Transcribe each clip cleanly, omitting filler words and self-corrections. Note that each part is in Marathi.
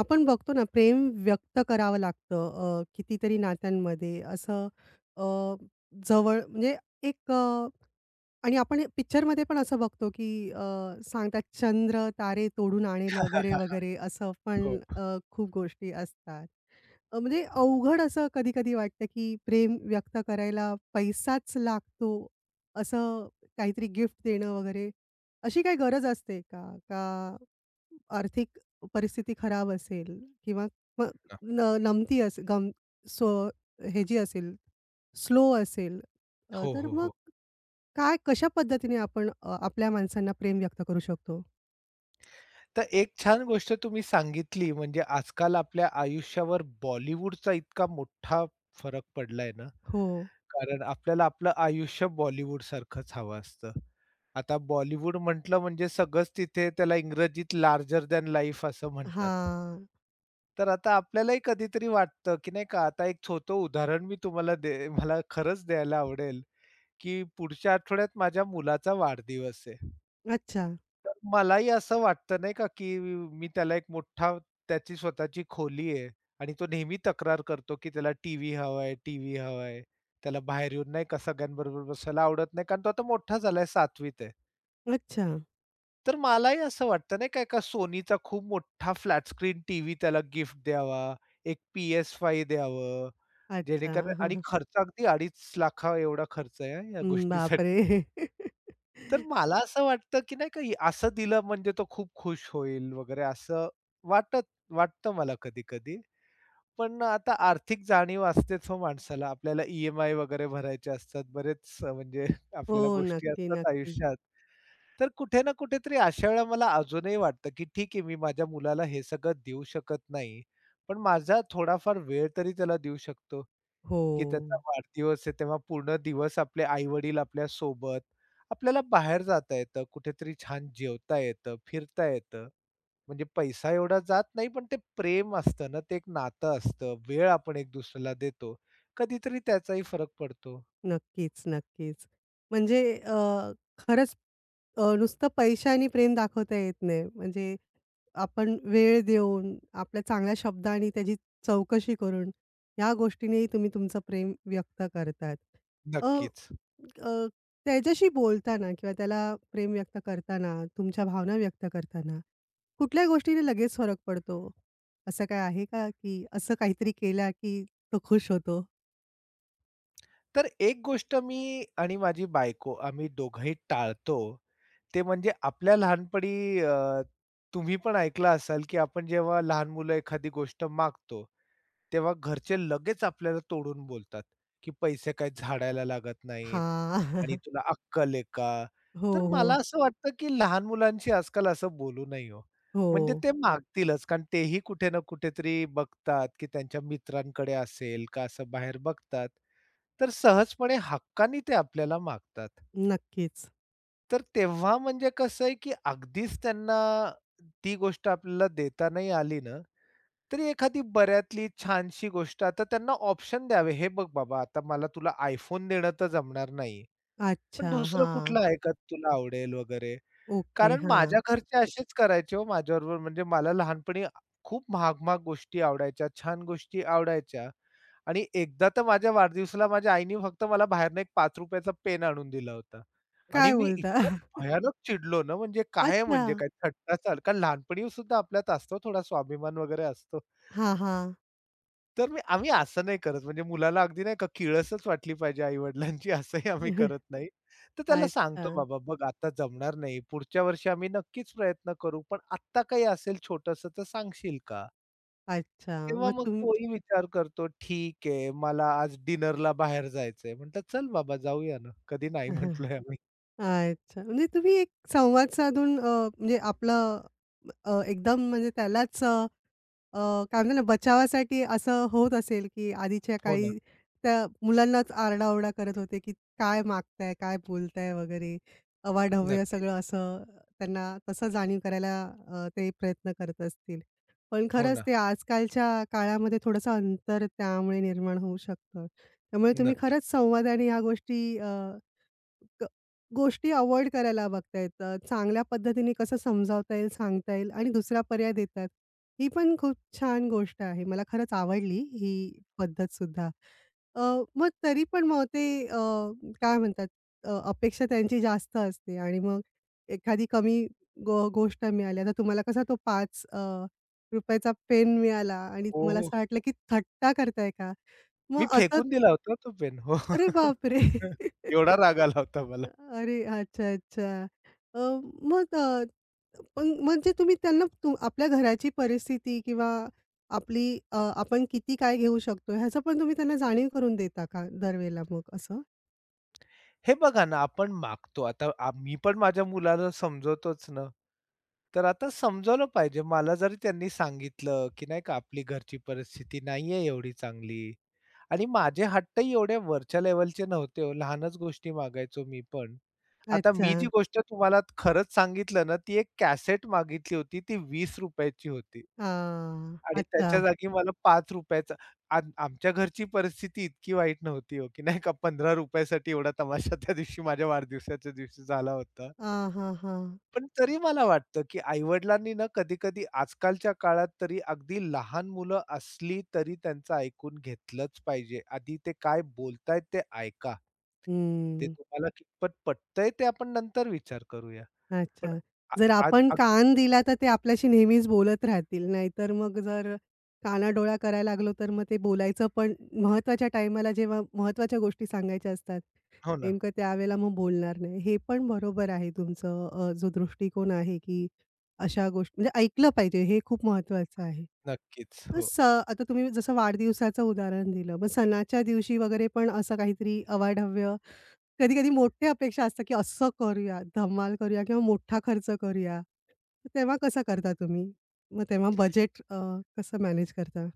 आपण बघतो ना, प्रेम व्यक्त करावं लागतं. कितीतरी नात्यांमध्ये असं अ, जवळ म्हणजे एक. आणि आपण पिक्चरमध्ये पण असं बघतो की सांगतात चंद्र तारे तोडून आणेल वगैरे वगैरे. असं पण हो खूप गोष्टी असतात. म्हणजे अवघड असं कधी-कधी वाटतं की प्रेम व्यक्त करायला पैसाच लागतो, असं काहीतरी गिफ्ट देणं वगैरे, अशी काही गरज असते का? का आर्थिक परिस्थिती खराब असेल किंवा मग ना. न नमती असेल गम सो हे जी असेल, स्लो असेल. हो, तर हो, मग हो. काय कशा पद्धतीने आपण आपल्या माणसांना प्रेम व्यक्त करू शकतो? तर एक छान गोष्ट तुम्ही सांगितली म्हणजे आजकाल आपल्या आयुष्यावर बॉलिवूडचा इतका मोठा फरक पडलाय ना, हो. कारण आपल्याला आपलं आयुष्य बॉलिवूडसारखंच हवं असतं. आता बॉलिवूड म्हटलं म्हणजे सगळंच तिथे त्याला इंग्रजीत लार्जर दॅन लाईफ असं म्हणतात. हां. तर आता आपल्यालाही कधीतरी वाटतं, की नाही का आता एक छोटं उदाहरण मी तुम्हाला दे मला खरंच द्यायला आवडेल, की पुढच्या आठवड्यात माझ्या मुलाचा वाढदिवस आहे. अच्छा, तर मलाही असं वाटतं नाही का, की मी त्याला एक मोठा त्याची स्वतःची खोली आहे आणि तो नेहमी तक्रार करतो, की त्याला टीव्ही हवाय, टीव्ही हवाय. त्याला बाहेर येऊन नाही का सगळ्यांबरोबर बसायला आवडत नाही, कारण तो आता मोठा झालाय 7वीत आहे. अच्छा, तर मलाही असं वाटतं नाही का एका Sonyचा खूप मोठा फ्लॅट स्क्रीन टीव्ही त्याला गिफ्ट द्यावा, एक PS5 द्यावं, अच्छा. जेणेकरून हां, आणि हां. खर्च अगदी 2.5 लाख एवढा खर्च आहे हां, या हं, गोष्टीसाठी. बापरे! तर मला असं वाटतं, की नाही का असं दिलं म्हणजे तो खूप खुश होईल वगैरे असं वाटत वाटतं मला कधी-कधी. पण आता आर्थिक जाणीव असतेच हो माणसाला. आपल्याला ई-एम-आय वगैरे भरायचे असतात. बरेच म्हणजे हो, आपल्याला गोष्टी नक्की, असतात नक्की. आयुष्यात. तर कुठे ना कुठेतरी अशा वेळेला मला अजूनही वाटतं, की ठीक आहे मी माझ्या मुलाला हे सगळं देऊ शकत नाही. पण माझा थोडाफार वेळ तरी त्याला देऊ शकतो, हो. की त्याचा वाढदिवस आहे तेव्हा पूर्ण दिवस आपले आई-वडील आपल्या सोबत. आपल्याला बाहेर जाता येतं, कुठेतरी छान जेवता येतं, फिरता येतं. म्हणजे पैसा एवढा जात नाही, पण ते प्रेम असतं ना, ते एक नातं असतं. वेळ आपण एक दुसऱ्याला देतो. कधीतरी त्याचाही फरक पडतो. नक्कीच, नक्कीच. म्हणजे खरंच. नुसतं पैशाने प्रेम दाखवता येत नाही. म्हणजे आपण वेळ देऊन, आपल्या चांगल्या शब्दांनी त्याची चौकशी करून, ह्या गोष्टीनेही तुम्ही तुमचं प्रेम व्यक्त करतात. अ, नक्कीच. अ, त्याच्याशी बोलताना किंवा त्याला प्रेम व्यक्त करताना, तुमच्या भावना व्यक्त करताना, कुठल्या गोष्टीने लगेच फरक पडतो? असं काय आहे का, की असं काहीतरी केलं, की तो खुश होतो? तर एक गोष्ट मी आणि माझी बायको आम्ही दोघंही टाळतो, ते म्हणजे आपल्या लहानपणी तुम्ही पण ऐकलं असाल, की आपण जेव्हा लहान मुलं एखादी गोष्ट मागतो, तेव्हा घरचे लगेच आपल्याला तोडून बोलतात, की पैसे काय झाडायला लागत नाहीत आणि हां. तुला अक्कल आहे का? हो, तर मला हो. असं वाटतं, की लहान मुलांशी आजकाल असं बोलू नये हो. हो. म्हणजे ते मागतीलच कारण तेही कुठे ना कुठेतरी बघतात, की त्यांच्या मित्रांकडे असेल का असं बाहेर बघतात. तर सहजपणे हक्कानी ते आपल्याला मागतात. नक्कीच. तर तेव्हा म्हणजे कसं आहे, की अगदीच त्यांना ती गोष्ट आपल्याला देता नाही आली ना, तरी एखादी बऱ्यातली छानशी गोष्ट आता त्यांना ऑप्शन द्यावे, "हे बघ बाबा, आता मला तुला iPhone देणं तर जमणार नाही, पण अच्छा. दुसरं हां. कुठलं आहे का तुला आवडेल?" वगैरे. ओके. कारण हां. माझ्या घरचे असेच करायचे हो माझ्याबरोबर. म्हणजे मला लहानपणी खूप महाग-महाग गोष्टी आवडायच्या, छान गोष्टी आवडायच्या. आणि एकदा तर माझ्या वाढदिवसाला माझ्या आईनी फक्त मला बाहेरनं एक ₹5 चा पेन आणून दिला होता. आणि काय मी बोलता? इतकं भयानक चिडलो ना, म्हणजे काय अच्छा. म्हणजे काय थट्टा चाल कारण लहानपणी सुद्धा आपल्यात असतो थोडा स्वाभिमान वगैरे असतो. हां, हां. तर मी आम्ही असं नाही करत म्हणजे मुलाला अगदी नाही का किळसच वाटली पाहिजे आई-वडिलांची असंही आम्ही करत नाही. तर त्याला अच्छा, सांगतो, "बाबा बघ आता जमणार नाही. पुढच्या वर्षी आम्ही नक्कीच प्रयत्न करू. पण आत्ता काही असेल छोटंसं तर सांगशील का?" अच्छा. तेव्हा मग मग तुम्ही तोही विचार करतो, "ठीक आहे, मला आज डिनरला बाहेर जायचंय." म्हटलं, "चल बाबा जाऊया ना, कधी हां, नाही म्हटलोय आम्ही." अच्छा. म्हणजे तुम्ही एक संवाद साधून म्हणजे आपलं एकदम म्हणजे त्यालाच अ अ, काय म्हणतो ना, बचावासाठी असं होत असेल, की आधीच्या हो ना. काळी त्या मुलांनाच आरडाओरडा करत होते, की काय मागताय, काय बोलताय वगैरे. अवाढव्य नक्की. सगळं असं त्यांना तसं जाणीव करायला ते प्रयत्न करत असतील. पण हो खरंच ना. ते आजकालच्या काळामध्ये थोडंसं अंतर त्यामुळे निर्माण होऊ शकतं. त्यामुळे तुम्ही नक्की. खरंच संवादाने ह्या गोष्टी ग गोष्टी अव्हॉइड करायला बघता येतात. चांगल्या पद्धतीने कसं समजावता येईल, सांगता येईल आणि दुसरा पर्याय देतात. ही पण खूप छान गोष्ट आहे. मला खरंच आवडली ही पद्धतसुद्धा. अ, मग तरी पण मग ते काय म्हणतात, अपेक्षा त्यांची जास्त असते आणि मग एखादी कमी गोष्ट मिळाली. आता तुम्हाला कसा तो 5 रुपयाचा पेन मिळाला आणि हो, तुम्हाला हो. असं वाटलं की थट्टा करताय का? मग मी असंच फेकून दिला होता तो पेन. हो. अरे बापरे! एवढा राग आला होता मला. अरे! अच्छा, अच्छा. अ, मग पण म्हणजे तुम्ही त्यांना तू आपल्या घराची परिस्थिती किंवा आपली आपण किती काय घेऊ शकतो ह्याचं पण तुम्ही त्यांना जाणीव करून देता का दरवेळेला मग असं? हे बघा ना, आपण मागतो. आता मी पण माझ्या मुलाला समजवतोच ना, तर आता समजावलं पाहिजे. मला जरी त्यांनी सांगितलं, की नाही का आपली घरची परिस्थिती नाहीये एवढी चांगली आणि माझे हट्टही एवढ्या वरच्या लेव्हलचे नव्हते हो. लहानच गोष्टी मागायचो मी पण. आता अच्छा. मी जी गोष्ट तुम्हाला खरंच सांगितलं ना, ती एक कॅसेट मागितली होती. ती 20 ची होती. हां. आणि त्याच्या अच्छा. जागी मला ₹5 चा आमच्या घरची परिस्थिती इतकी वाईट नव्हती हो, की नाही का ₹15 साठी एवढा तमाशा त्या दिवशी माझ्या वाढदिवसाच्या दिवशी झाला होता. हां, हां, हां. पण तरी मला वाटतं, की आई-वडिलांनी ना कधी-कधी आजकालच्या काळात तरी अगदी लहान मुलं असली तरी त्यांचं ऐकून घेतलंच पाहिजे. आधी ते काय बोलतायत ते ऐका. ते हं. तुम्हाला कितपत पटतंय ते आपण नंतर विचार करूया. पण अच्छा. आ जर आद आपण आग कान दिला तर ते आपल्याशी नेहमीच बोलत राहतील. नाहीतर मग जर कानाडोळा करायला लागलो, तर मग ते बोलायचं पण महत्त्वाच्या टाईमाला जेव्हा महत्त्वाच्या गोष्टी सांगायच्या असतात, हो ना. नेमकं त्यावेळेला मग बोलणार नाही. हे पण बरोबर आहे तुमचं, जो दृष्टिकोन आहे, की अशा गोष्टी म्हणजे ऐकलं पाहिजे हे खूप महत्त्वाचं आहे. नक्कीच. अ, हो. स आता तुम्ही जसं वाढदिवसाचं उदाहरण दिलं. मग सणाच्या दिवशी वगैरे पण असं काहीतरी अवाढव्य कधी-कधी मोठ्या अपेक्षा असतात, की असं करूया, धमाल करूया किंवा मोठा खर्च करूया. तर तेव्हा कसा करता तुम्ही? मग तेव्हा बजेट कसं मॅनेज करता?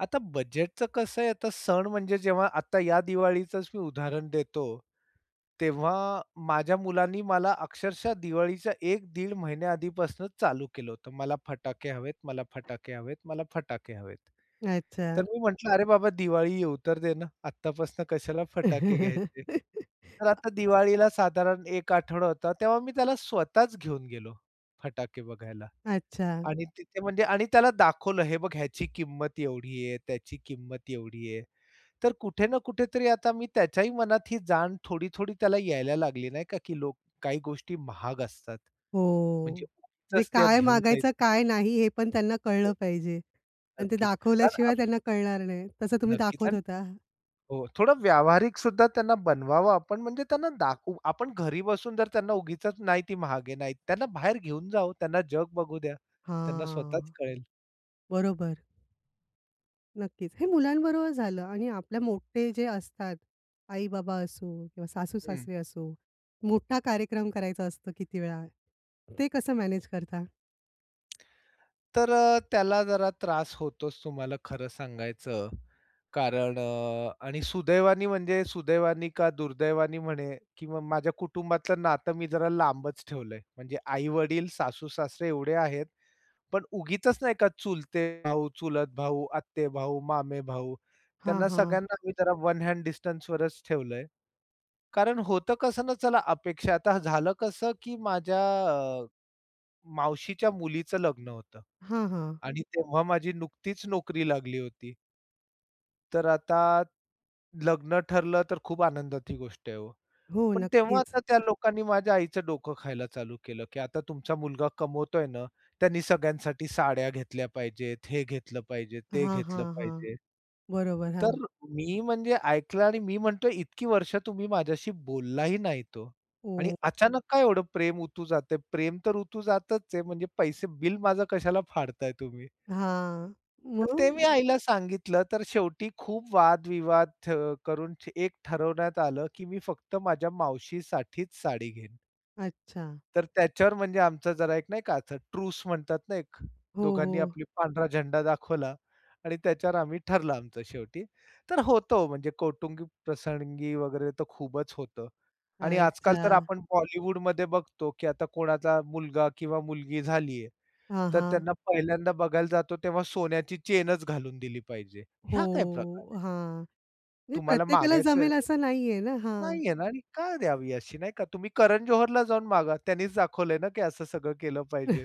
आता बजेटचं कसं आहे, आता सण म्हणजे जेव्हा आता या दिवाळीचंच मी उदाहरण देतो, तेव्हा माझ्या मुलांनी मला अक्षरशः दिवाळीच्या 1-1.5 महिन्याआधीपासूनच चालू केलं होतं. मला फटाके हवेत, मला फटाके हवेत, मला फटाके हवेत. अच्छा. तर मी म्हटलं, "अरे बाबा दिवाळी येऊ तर दे ना, आत्तापासून कशाला फटाके घ्यायचे?" तर आता दिवाळीला साधारण 1 आठवडा होता, तेव्हा मी त्याला स्वतःच घेऊन गेलो फटाके बघायला. अच्छा. आणि तिथे म्हणजे आणि त्याला दाखवलं, हे बघ ह्याची किंमत एवढी आहे, त्याची किंमत एवढी आहे. तर कुठे ना कुठेतरी आता मी त्याच्याही मनात ही जाण थोडी-थोडी त्याला यायला लागली नाही का, की लोक काही गोष्टी महाग असतात. म्हणजे हो. जे उगीचच त्या काय घेऊ मागायचं, नयेत. काय नाही हे पण त्यांना कळलं हो, पाहिजे आणि ते नक्कीच. कारण दाखवल्याशिवाय आप त्यांना कळणार नाही. तसं तुम्ही नक्कीच दाखवत आणि होता. हो, थोडं व्यावहारिक सुद्धा त्यांना बनवावं आपण म्हणजे त्यांना दाखवू. आपण घरी बसून जर त्यांना उगीचच नाही ती महाग नाही त्यांना बाहेर घेऊन जाऊ, त्यांना जग बघू द्या. त्यांना हां. स्वतःच कळेल. बरोबर. नक्कीच. हे मुलांबरोबर झालं. आणि आपल्या मोठे जे असतात, आई-बाबा असो किंवा सासू-सासरे असो, मोठा कार्यक्रम करायचा असतो किती वेळा. ते कसं मॅनेज करता? तर त्याला जरा त्रास होतोच तुम्हाला खरं सांगायचं. कारण आणि सुदैवाने म्हणजे सुदैवाने का दुर्दैवाने म्हणे, की मग माझ्या कुटुंबातलं नातं मी जरा लांबच ठेवलंय. म्हणजे आई-वडील, सासू-सासरे एवढे आहेत, पण उगीचच नाही का चुलते भाऊ, चुलत भाऊ, आत्ते-भाऊ, मामे-भाऊ हां, त्यांना हां. सगळ्यांना आम्ही जरा वन हँड डिस्टन्सवरच ठेवलंय. कारण होतं कसं ना, चला अपेक्षा आता झालं कसं, की माझ्या मावशीच्या मुलीचं लग्न होतं हां, हां. आणि तेव्हा माझी नुकतीच नोकरी लागली होती. तर आता लग्न ठरलं तर खूप आनंदाची गोष्ट आहे हो. हो, पण तेव्हा नक्कीच. आता त्या लोकांनी माझ्या आईचं डोकं खायला चालू केलं, की आता तुमचा मुलगा कमवतोय ना, त्यांनी सगळ्यांसाठी साड्या घेतल्या पाहिजेत, हे घेतलं पाहिजे, ते हां, घेतलं हां, हां. पाहिजे. बरोबर. तर हां. मी म्हणजे ऐकलं आणि मी म्हणतोय इतकी वर्ष तुम्ही माझ्याशी बोललाही नाही तो. ओ आणि अचानक काय एवढं प्रेम उतू जाते प्रेम तर उतू जातच आहे म्हणजे पैसे बिल माझं कशाला फाडताय तुम्ही? हां. तर ते मग? मी आईला सांगितलं. तर शेवटी खूप वादविवाद एक ठरवण्यात आलं, की मी फक्त माझ्या मावशीसाठीच साडी घेईन. अच्छा. तर त्याच्यावर म्हणजे आमचा जरा एक नाही का असं ट्रूस म्हणतात ना एक, हो, दोघांनी हो. आपली पांढरा झेंडा दाखवला आणि त्याच्यावर आम्ही ठरलं आमचं शेवटी. तर होतं हो म्हणजे कौटुंबिक प्रसंगी वगैरे तर खूपच होतं. आणि आजकाल अच्छा. तर आपण बॉलिवूडमध्ये बघतो, की आता कोणाचा मुलगा किंवा मुलगी झालीये, हां, तर हां. त्यांना पहिल्यांदा बघायला जातो तेव्हा सोन्याची चेनच घालून दिली पाहिजे. हो. हा काय प्रकार आहे? हां. म्हणजे तुम्हाला प्रत्येकाला मागायचं जमेल असं नाहीये ना. हां. नाहीये ना आणि का द्यावी अशी नाही का? तुम्ही करण जोहरला जाऊन मागा. त्यांनीच दाखवलंय ना, की असं सगळं केलं पाहिजे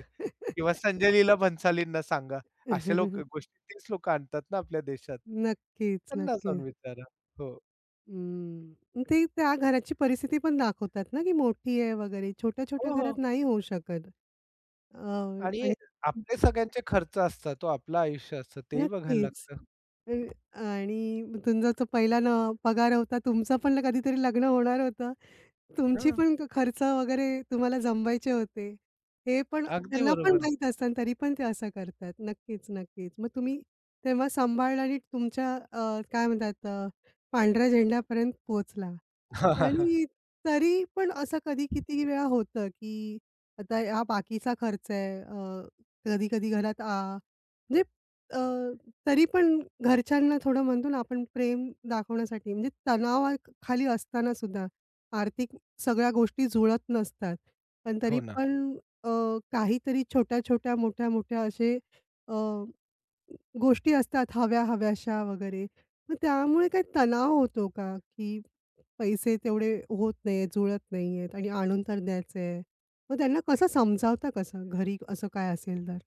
किंवा संजय लीला भन्सालींना सांगा. अशा लोक गोष्टी तीच लोकं आणतात ना आपल्या देशात. नक्कीच, त्यांना जाऊन नक्कीच. विचारा. हो. हम्म. ते त्या घराची परिस्थिती पण दाखवतात ना, की मोठी आहे वगैरे. छोट्या-छोट्या हो, हो. घरात नाही होऊ शकत. अ, आणि आणि आपले सगळ्यांचे खर्च असतात तो आपलं आयुष्य असतं तेही बघायला नक्कीच. लागतं. अ, आणि तुमचा जो पहिला पगार होता, तुमचं पण कधीतरी लग्न होणार होतं. तुमची हां, पण खर्च वगैरे तुम्हाला जमवायचे होते. हे पण अगदी त्यांना पण बरोबर. माहीत असतं तरी पण ते असं करतात. नक्कीच, नक्कीच. मग तुम्ही तेव्हा सांभाळलं आणि तुमच्या काय म्हणतात, पांढऱ्या झेंड्यापर्यंत पोहोचला. आणि तरी पण असं कधी किती वेळा होतं, की आता हा बाकीचा खर्च आहे. कधी-कधी घरात म्हणजे, अ, तरी पण घरच्यांना थोडं म्हणतो ना आपण प्रेम दाखवण्यासाठी म्हणजे तणावाखाली असताना सुद्धा आर्थिक सगळ्या गोष्टी जुळत नसतात. पण हो तरी ना. पण अ, काहीतरी छोट्या-छोट्या, मोठ्या-मोठ्या असे गोष्टी असतात हव्या-हव्याशा वगैरे. मग त्यामुळे काही तणाव होतो का? की पैसे तेवढे होत नाहीयेत, जुळत नाहीयेत आणि आणून तर द्यायचे आहे. मग त्यांना कसं समजावता कसं? घरी असं काय असेल तर?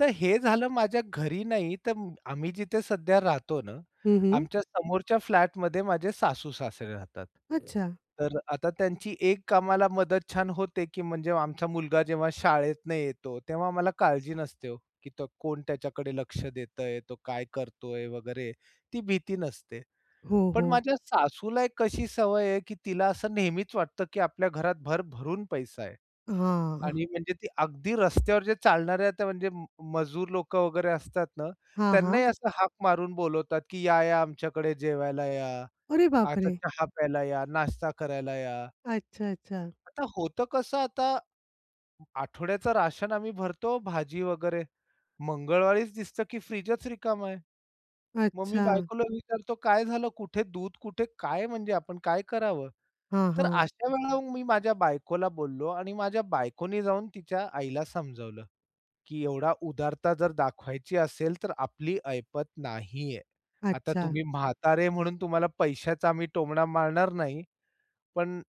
तर हे झालं माझ्या घरी नाही, तर आम्ही जिथे सध्या राहतो ना, हं, हं. आमच्या समोरच्या फ्लॅटमध्ये माझे सासू-सासरे राहतात. अच्छा. तर आता त्यांची एक कामाला मदत छान होते, की म्हणजे आमचा मुलगा जेव्हा शाळेतनं येतो, तेव्हा मला काळजी नसते हो, की तो कोण त्याच्याकडे लक्ष देतंय, तो काय करतोय वगैरे, ती भीती नसते. हो, पण हो. माझ्या सासूला एक कशी सवय आहे, की तिला असं नेहमीच वाटतं, की आपल्या घरात भरभरून पैसा आहे. हां, हां. आणि म्हणजे ती अगदी रस्त्यावर जे चालणाऱ्या त्या म्हणजे मजूर लोकं वगैरे असतात ना, हां, त्यांनाही हां. असं हाक मारून बोलवतात, की "या-या आमच्याकडे जेवायला या, अरे आता बापरे! चहा प्यायला या, नाश्ता करायला या." अच्छा, अच्छा. आता होतं कसं आता आठवड्याचं राशन आम्ही भरतो, भाजी वगैरे. मंगळवारीच दिसतं, की फ्रिजच रिकामा आहे. मग मी अच्छा. बायकोला विचारतो, "काय झालं? कुठे दूध? कुठे काय म्हणजे आपण काय करावं?" हां, तर हां. अशा वेळेला मी माझ्या बायकोला बोललो आणि माझ्या बायकोनी जाऊन तिच्या आईला समजावलं. की एवढा उदारता जर दाखवायची असेल, तर आपली ऐपत नाहीये. आता अच्छा. तुम्ही म्हातारे म्हणून तुम्हाला पैशाचा आम्ही टोमणा मारणार नाही. पण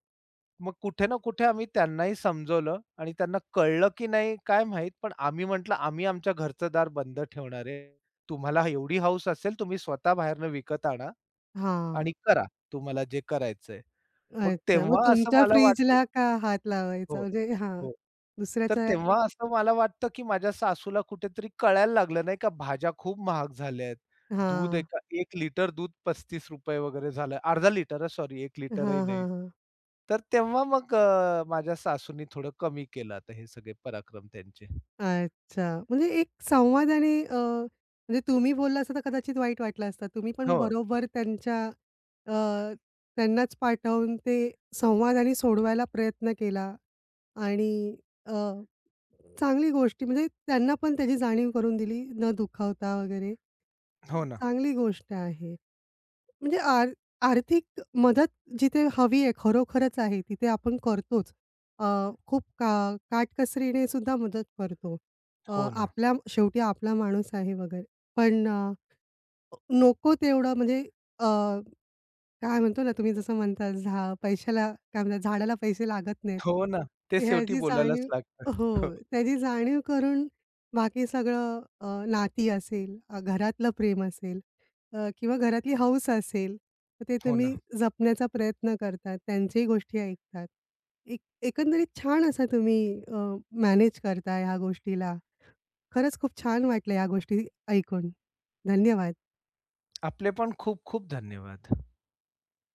मग कुठे ना कुठे आम्ही त्यांनाही समजवलं आणि त्यांना कळलं की नाही काय माहीत, पण आम्ही म्हटलं, "आम्ही आमच्या घरचं दार बंद ठेवणार आहे. तुम्हाला एवढी हौस असेल, तुम्ही स्वतः बाहेरनं विकत आणा आणि हां. करा तुम्हाला जे करायचंय." मग अच्छा. मग तेव्हा असं तुमच्या मला वाटलं फ्रिजला का हात लावायचा? हो, म्हणजे हां. हो. तर दुसऱ्याच्या तेव्हा असं मला वाटतं, की माझ्या सासूला कुठेतरी कळायला लागलं नाही का भाज्या खूप महाग झाल्या आहेत. दूध हां. एका 1 लिटर दूध ₹35 वगैरे झालं. अर्धा लिटर हां, सॉरी 1 हां, लिटरही हां, नाही. हां. तर तेव्हा मग माझ्या सासूनी थोडं कमी केलं आता हे सगळे पराक्रम त्यांचे. अच्छा. म्हणजे एक संवाद आणि, म्हणजे तुम्ही बोलला असता तर कदाचित वाईट वाटलं असतं. तुम्ही पण हो, बरोबर त्यांच्या अ, त्यांनाच पाठवून ते संवाद आणि सोडवायला प्रयत्न केला आणि अ, चांगली गोष्ट म्हणजे त्यांना पण त्याची जाणीव करून दिली न दुखावता वगैरे. हो ना, चांगली गोष्ट आहे. म्हणजे आर्थिक मदत जिथे हवी आहे, खरोखरच आहे, तिथे आपण करतोच. अ, खूप काटकसरीने सुद्धा मदत करतो. अ, हो ना, आपला शेवटी आपला माणूस आहे वगैरे. पण नको तेवढं म्हणजे काय म्हणतो ना, तुम्ही जसं म्हणता पैशाला काय म्हणतात, झाडाला पैसे लागत नाहीत. हो ना. ते शेवटी ह्याची बोलायलाच जाणीव लागतं. हो, हो, त्याची जाणीव करून बाकी सगळं, नाती असेल, घरातलं प्रेम असेल किंवा घरातली हौस असेल, तर ते हो तुम्ही ना. जपण्याचा प्रयत्न करतात. त्यांच्याही गोष्टी ऐकतात. एक एकंदरीत छान असा तुम्ही मॅनेज करता ह्या गोष्टीला. खरंच खूप छान वाटलं ह्या गोष्टी ऐकून. धन्यवाद. आपले पण खूप खूप धन्यवाद.